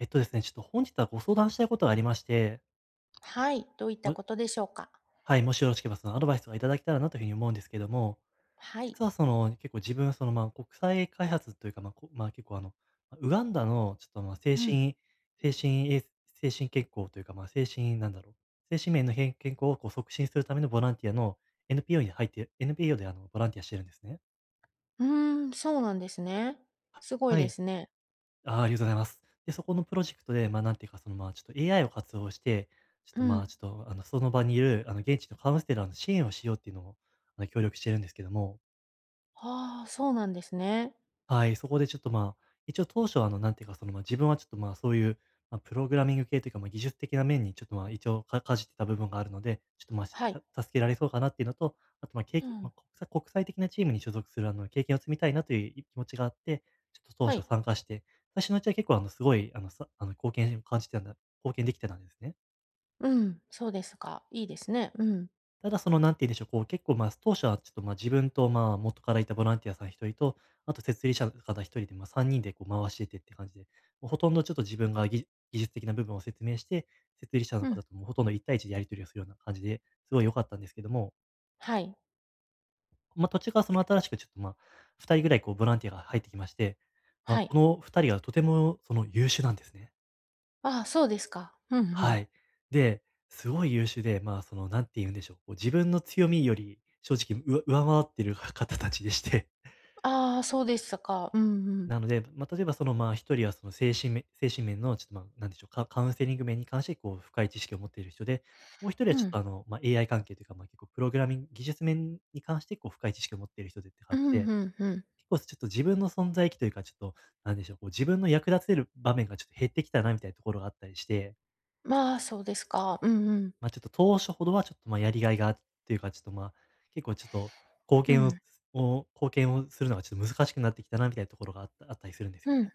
えっとですね、ちょっと本日はご相談したいことがありまして、はい、どういったこもとでしょうか？はい、もしよろしければそのアドバイスがいただけたらなというふうに思うんですけども、はい。実はその結構自分、そのまあ国際開発というか、まあ、まあ結構まあウガンダのちょっとまあうん。精神衛精神健康というか、まあ精神なんだろう、精神面の健康をこう促進するためのボランティアの NPO に入って、NPO でボランティアしてるんですね。うーん、そうなんですね。すごいはでい。すね。ああ、ありがとうございます。で、そこのプロジェクトで、まあ、なんていうか、その、まあ、ちょっと AI を活用して、ちょっうと、まあ、ん。ちょっと、あの、その場にいる、現地のカウンセラーの支援をしようっていうのを、協力してるんですけども、ああ、そうなんですね。はい、そこでちょっとまあ、一応当初はなんていうか、そのまあ自分はちょっとまあそういう、まあ、プログラミング系というか、まあ、技術的な面にちょっとまあ一応かじってた部分があるので、ちょっとまあはい。助けられそうかなっていうのと、あとまあ経う験、まん。あ、国際的なチームに所属する経験を積みたいなという気持ちがあって、ちょっと当は初い。参加して、最初のうちは結構すごいあのさあの貢献を感じてたんだ、貢献できてたんですね。うん、そうですか。いいですね。うん。ただその、なんて言うんでしょう、こう結構、ま、当初はちょっと、ま、自分と、まあ、元からいたボランティアさん1人と、あと設立者の方1人で、ま、3人でこう回しててって感じで、もうほとんどちょっと自分が技術的な部分を説明して、設立者のうん。方ともうほとんど1対1でやり取りをするような感じで、すごい良かったんですけども、はい。ま、途中からその新しくちょっと、ま、2人ぐらいこうボランティアが入ってきまして、ま、はい。この2人がとてもその優秀なんですね。ああ、そうですか。うんうはん。い。で、すごい優秀で、まあ、その、なんて言うんでしょう、こう自分の強みより正直、上回ってる 方たちでして。ああ、そうですか。うんうん。なので、まあ、例えばその、まあ、一人はその精神面のちょっと、まあ、なんでしょう、カウンセリング面に関して、こう深い知識を持っている人で、もう一人はうちょっん。とまあ、AI 関係というか、まあ、結構プログラミング技術面に関して、こう深い知識を持っている人でってう感ん、じで、うんうん。結構ちょっと自分の存在意義というか、ちょっと、なんでしょう、こう自分の役立てる場面がちょっと減ってきたなみたいなところがあったりして、まあ、そうですか。うんうん。まあ、ちょっと当初ほどはちょっと、ま、やりがいがあっていうか、ちょっと、ま、結構ちょっと貢う献をん。貢献をするのがちょっと難しくなってきたなみたいなところがあったりするんですようん。ね。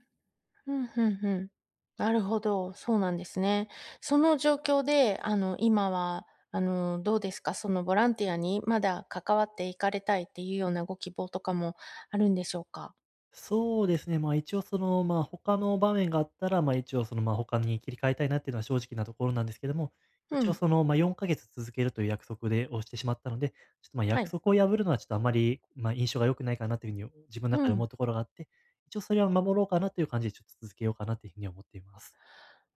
うん、うんうん。なるほど、そうなんですね。その状況で、今は、どうですか？そのボランティアにまだ関わっていかれたいっていうようなご希望とかもあるんでしょうか？そうですね、ま、一応その、ま、他の場面があったら、ま、一応その、ま、他に切り替えたいなっていうのは正直なところなんですけども、う一応ん、その、ま、4か月続けるという約束をしてしまったので、ちょっと、ま、は約い。束を破るのはちょっとあまり、ま、印象が良くないかなというふうに自分の中うで思ん。うところがあって、一応それは守ろうかなという感じでちょっと続けようかなというふうに思っています。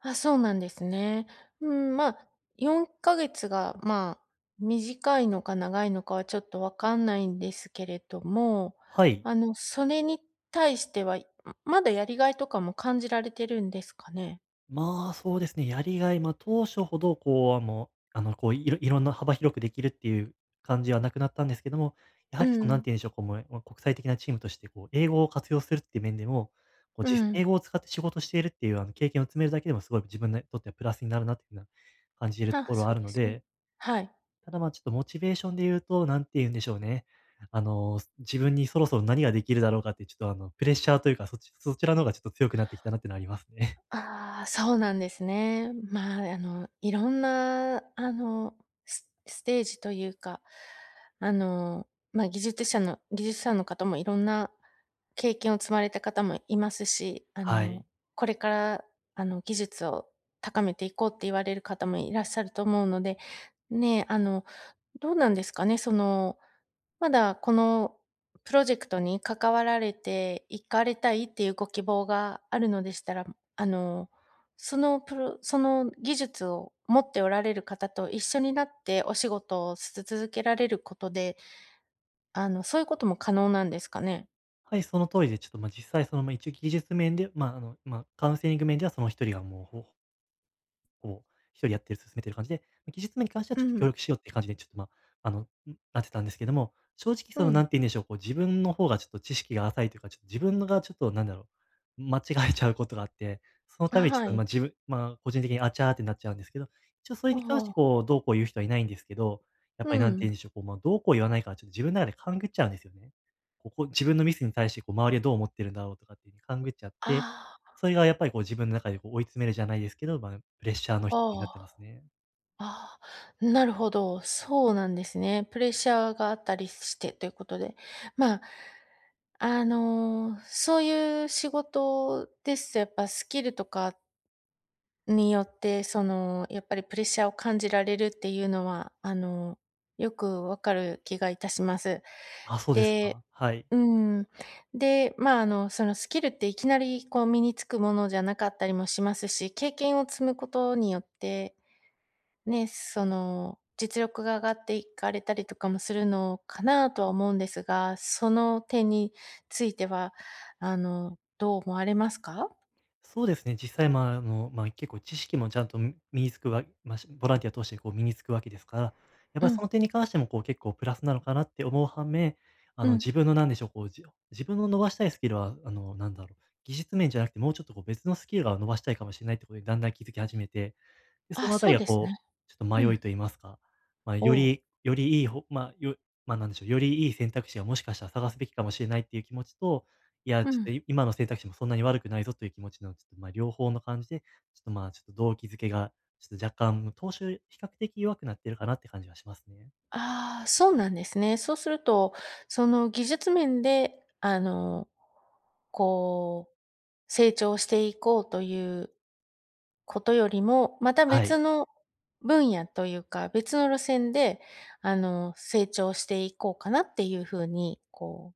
あ、そうなんですね。うん、まあ、4ヶ月が、まあ、短いのか長いのかはちょっとわかんないんですけれども、はい。あの、それに対しては、まだやりがいとかも感じられてるんですかね？まあ、そうですね、やりがい、まあ、当初ほどこう、こう、いろんな幅広くできるっていう感じはなくなったんですけども、やうはりその、なんん、て言うんでしょう、こう、もう、国際的なチームとして、こう、英語を活用するっていう面でも、こう、う実ん。英語を使って仕事しているっていう、経験を積めるだけでもすごい自分にとってはプラスになるなっていうふうな感じるとあ、ころはそあうるでのすね。で、はい。ただ、まあ、ちょっとモチベーションで言うと、何て言うんでしょうね、自分にそろそろ何ができるだろうかって、ちょっと、プレッシャーというか、そちらの方がちょっと強くなってきたなっていうのはありますね。ああ、そうなんですね。まあ、いろんな、スステージというか、あの、技術者の方もいろんな経験を積まれた方もいますし、あはの、い。これから、あの、技術を高めていこうって言われる方もいらっしゃると思うので、ねえ、あの、どうなんですかね、そのまだこのプロジェクトに関わられていかれたいっていうご希望があるのでしたら、あの、そのプロその技術を持っておられる方と一緒になってお仕事を続けられることで、あの、そういうことも可能なんですかね？はい、その通りで、ちょっと、ま、実際その、ま、一応技術面で、ま、まあ、カウンセリング面ではその一人がもう、こう、一人やってる進めてる感じで、技術面に関してはうちょっと協ん、力しようっていう感じで、ちょっと、まあ、あの、ん、なってたんですけども、正直うその、ん、何て言うんでしょう、こう自分の方がちょっと知識が浅いというか、ちょっと自分のがちょっとなんだろう、間違えちゃうことがあって、そのあ、ためにちょっはと、い。ま、自分まあ、個人的にあちゃーってなっちゃうんですけど、一応それあに関してあ、こう、どうこう言う人はいないんですけど、やっうぱり何て言ん。うんでしょう、こう、まあ、どうこう言わないから、ちょっと自分の中で勘ぐっちゃうんですよね。自分のミスに対してこう、周りはどう思ってるんだろうとかっていうふうに勘ぐっちゃって、あそれがやっぱりこう自分の中でこう追い詰めるじゃないですけど、まあ、プレッシャーあ、の一つになっあてまあ。すね。ああ、なるほど、そうなんですね。プレッシャーがあったりしてということで。まあ、あの、そういう仕事ですと、やっぱスキルとかによって、その、やっぱりプレッシャーを感じられるっていうのは、あの、よくわかる気がいたします。あ、そうですで、か。はい。うん。で、まあ、あの、そのスキルっていきなりこう身につくものじゃなかったりもしますし、経験を積むことによってね、その、実力が上がっていかれたりとかもするのかなとは思うんですが、その点については、あの、どう思われますか？そうですね、実際、まあ、まあ、結構知識もちゃんと身につくわまあ、しボランティア通してこう身につくわけですから、やっうぱりそん、の点に関してもこう結構プラスなのかなって思う反面、うん。自分のなんでしょう、こう、自分の伸ばしたいスキルは、なんだろう、技術面じゃなくてもうちょっとこう別のスキルが伸ばしたいかもしれないってことにだんだん気づき始めて、で、そあ、のあたそりうがですこね。う、ちょっと迷ういん。と言いますか、まあ、およう、りよりいいほまあ、よまあ、なんでしょう、よりいい選択肢がもしかしたら探すべきかもしれないっていう気持ちと、いや、うちょっん。と今の選択肢もそんなに悪くないぞという気持ちの、ちょっと、まあ、両方の感じで、ちょっと、まあ、ちょっと動機づけが、ちょっと若干、投資より比較的弱くなってるかなって感じはしますね。ああ、そうなんですね。そうすると、その技術面で、あの、こう、成長していこうということよりも、または別い。の分野というか、別の路線で、あの、成長していこうかなっていう風に、こ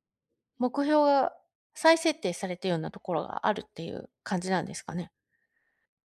う、目標が再設定されたようなところがあるっていう感じなんですかね？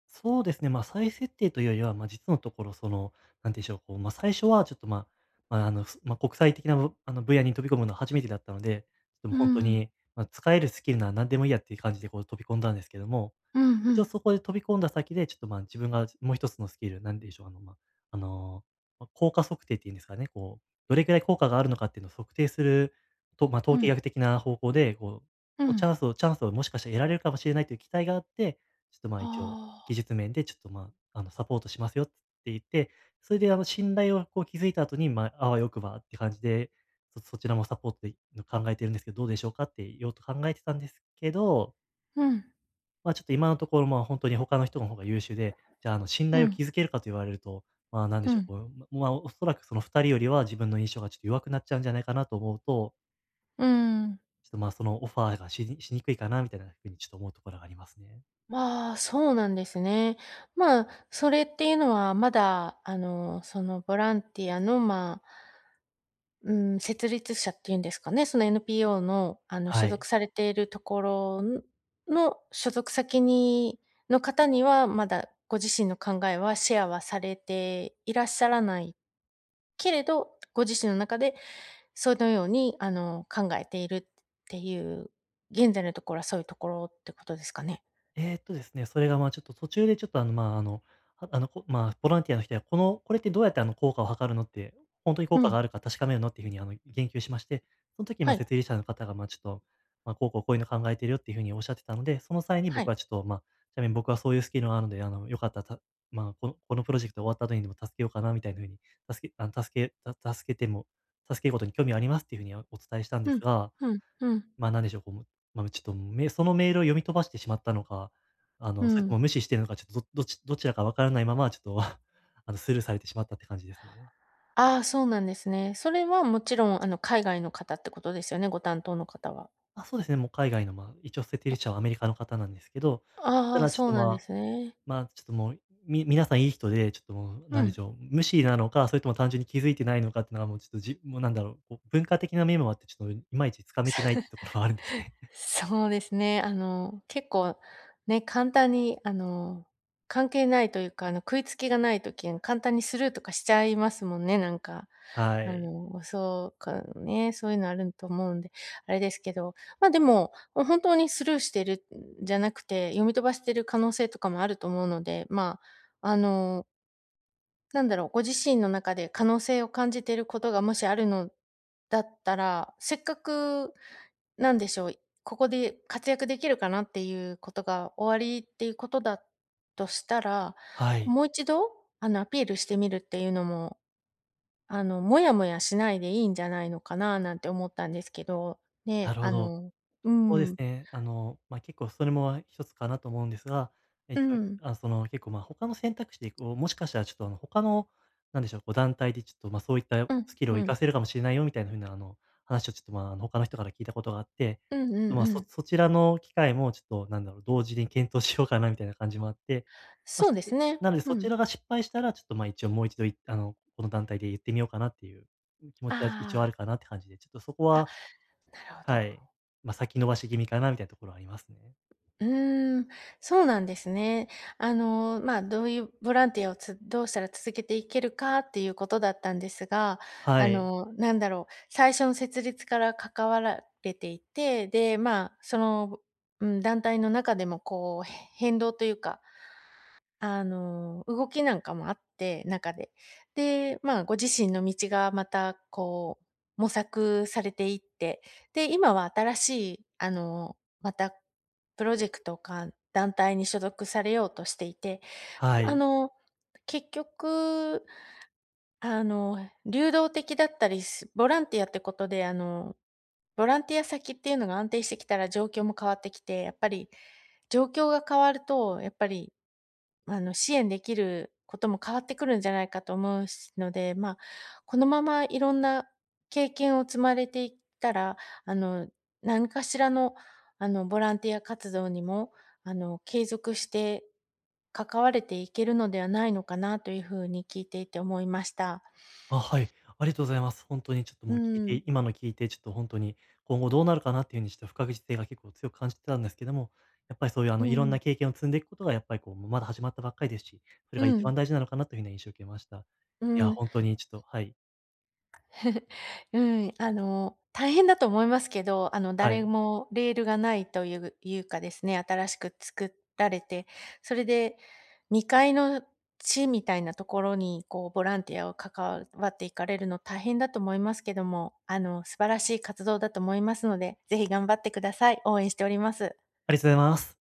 そうですね、まあ、再設定というよりは、まあ、実のところ、その、なんていうんでしょう、こう、まあ、最初はちょっと、まあ国際的な、ぶあの、分野に飛び込むのは初めてだったので、ちょっともうう本当ん。に、まあ、使えるスキルなら何でもいいやっていう感じで、こう、飛び込んだんですけども、うんう一応ん。そこで飛び込んだ先で、ちょっと、まあ、自分がもう一つのスキル、なんでしょう、あの、まあ、あの、効果測定っていうんですかね、こう、どれくらい効果があるのかっていうのを測定すると、まあ、う統計ん、学的な方向で、こう、もううチャん。ンスをチャンスをもしかしたら得られるかもしれないという期待があって、ちょっと、まあ、一応技ああ、術面でちょっと、まあ、あの、サポートしますよって言って、それで、あの、信頼をこう築いた後に、まあ、あわよくばって感じで、そちらもサポートで考えてるんですけど、どうでしょうかって言おうと考えてたんですけど、うん、まあ、ちょっと今のところ、まあ、本当に他の人の方が優秀で、じゃあ、あの、信う頼をん、築けるかと言われると、まあ、なんでうしょう、ん、こう、おそらくその2人よりは自分の印象がちょっと弱くなっちゃうんじゃないかなと思うと、うーん。ちょっと、まあ、そのオファーがしにくいかなみたいなふうにちょっと思うところがありますね。まあ、そうなんですね。まあ、それっていうのはまだ、あの、そのボランティアの、まあ、うん、設立者っていうんですかね、その NPO の、あの、は所属い。されているところの所属先にの方には、まだご自身の考えはシェアはされていらっしゃらないけれど、ご自身の中でそのように、あの、考えているっていう、現在のところはそういうところってことですかね？ですね、それがまあちょっと途中でちょっとあのまああの、はあのこまあボランティアの人や、これってどうやってあの効果を測るのって、本当にう効果ん、があるか確かめるのっていうふうにあの言及しまして、その時まはあい、設立者の方がまあちょっと、ま、こういうの考えてるよっていうふうにおっしゃってたので、その際には僕い。はちょっとまあ、ちなみに僕はそういうスキルがあるので、あのよかったら、まあこのプロジェクト終わった後にでも助けようかなみたいなふうに、助けあの助けた助けても助けることに興味ありますっていうふうにお伝えしたんでうすん、が、うん、うん、まあ、なんでしょう、こう、まあ、ちょっと、そのメールを読み飛ばしてしまったのか、あうの、それとん。も無視してるのか、ちょっと、どちらかわからないまま、ちょっと あの、スルーされてしまったって感じですね。ああ、そうなんですね。それはもちろん、あの、海外の方ってことですよね、ご担当の方は。まあ、そうですね、もう海外の、まあ、一応設定立者はアメリカの方なんですけど、たああ、だちょっそうと、なんまであすね。まあ、ちょっともう、皆さんいい人で、ちょっともう、うなんでしん。ょう、無視なのか、それとも単純に気づいてないのかっていうのは、もうちょっと、もうなんだろう、こう、文化的な面もあって、ちょっといまいちつかめてないってところはあるんですね。そうですね。あの、結構ね、簡単に、あの、関係ないというか、あの、食いつきがないと簡単にスルーとかしちゃいますもんね、なんか。はあい。の、そうかね、そういうのあると思うんで、あれですけど、ま、でも、本当にスルーしてるんじゃなくて、読み飛ばしてる可能性とかもあると思うので、まあ、あの、なんだろう、ご自身の中で可能性を感じていることがもしあるのだったら、せっかくなんでしょう、ここで活躍できるかなっていうことが終わりっていうことだとしたら、はい、もう一度、あの、アピールしてみるっていうのも、あの、モヤモヤしないでいいんじゃないのかななんて思ったんですけど、なね、るほあど。の、うそうですん、ね。あの、まあ、結構それも一つかなと思うんですが、う一応、ん、その、結構、ま、他の選択肢でこう、もしかしたらちょっと、あの、他の、なんでしょう、こう、団体でちょっと、ま、そういったうん、スキルをう活ん、かせるかもしれないよみたいな風な、あの、話をちょっと、ま、他の人から聞いたことがあって、うんちょっと、うんま、うそん。そちらの機会もちょっと、なんだろう、同時に検討しようかなみたいな感じもあって、まあ、そうですね。なのでうそちん。らが失敗したら、ちょっと、ま、一応もう一度いあの、この団体で言ってみようかなっていう気持ちは一応あああ、るかなって感じで、ちょっとそこはなるほはど。い。まあ、先延ばし気味かなみたいなところはありますね。うーん、そうなんですね。あの、まあ、どういうボランティアをつどうしたら続けていけるかっていうことだったんですが、はあい。の、なんだろう、最初の設立から関わられていて、で、まあ、その、うん、団体の中でもこう、変動というか、あの、動きなんかもあって、中で。で、まあ、ご自身の道がまたこう、模索されていって、で、今は新しい、あの、またプロジェクトか団体に所属されようとしていて、はあい。の、結局、あの、流動的だったりすボランティアってことで、あの、ボランティア先っていうのが安定してきたら状況も変わってきて、やっぱり状況が変わると、やっぱりあの、支援できることも変わってくるんじゃないかと思うしので、まあ、このままいろんな経験を積まれていったら、あの、何かしらの、あの、ボランティア活動にも、あの、継続して関われていけるのではないのかなというふうに聞いていて思いました。あ、はい。ありがとうございます。本当にちょっとうもう聞いん、て今の聞いて、ちょっと本当に今後どうなるかなっていうふうにちょっと不確実性が結構強く感じてたんですけども、やっぱりそういうあのういろんん、な経験を積んでいくことがやっぱりこう、まだ始まったばっかりですし、それうが一番ん、大事なのかなというふうな印象を受けました。ういや、ん。本当にちょっとはい。うん、あの、大変だと思いますけど、あの、は誰い。もレールがないといういうかですね、新しく作られて、それで2階の地みたいなところに、こう、ボランティアを関わっていかれるの大変だと思いますけども、あの、素晴らしい活動だと思いますので、ぜひ頑張ってください。応援しております。ありがとうございます。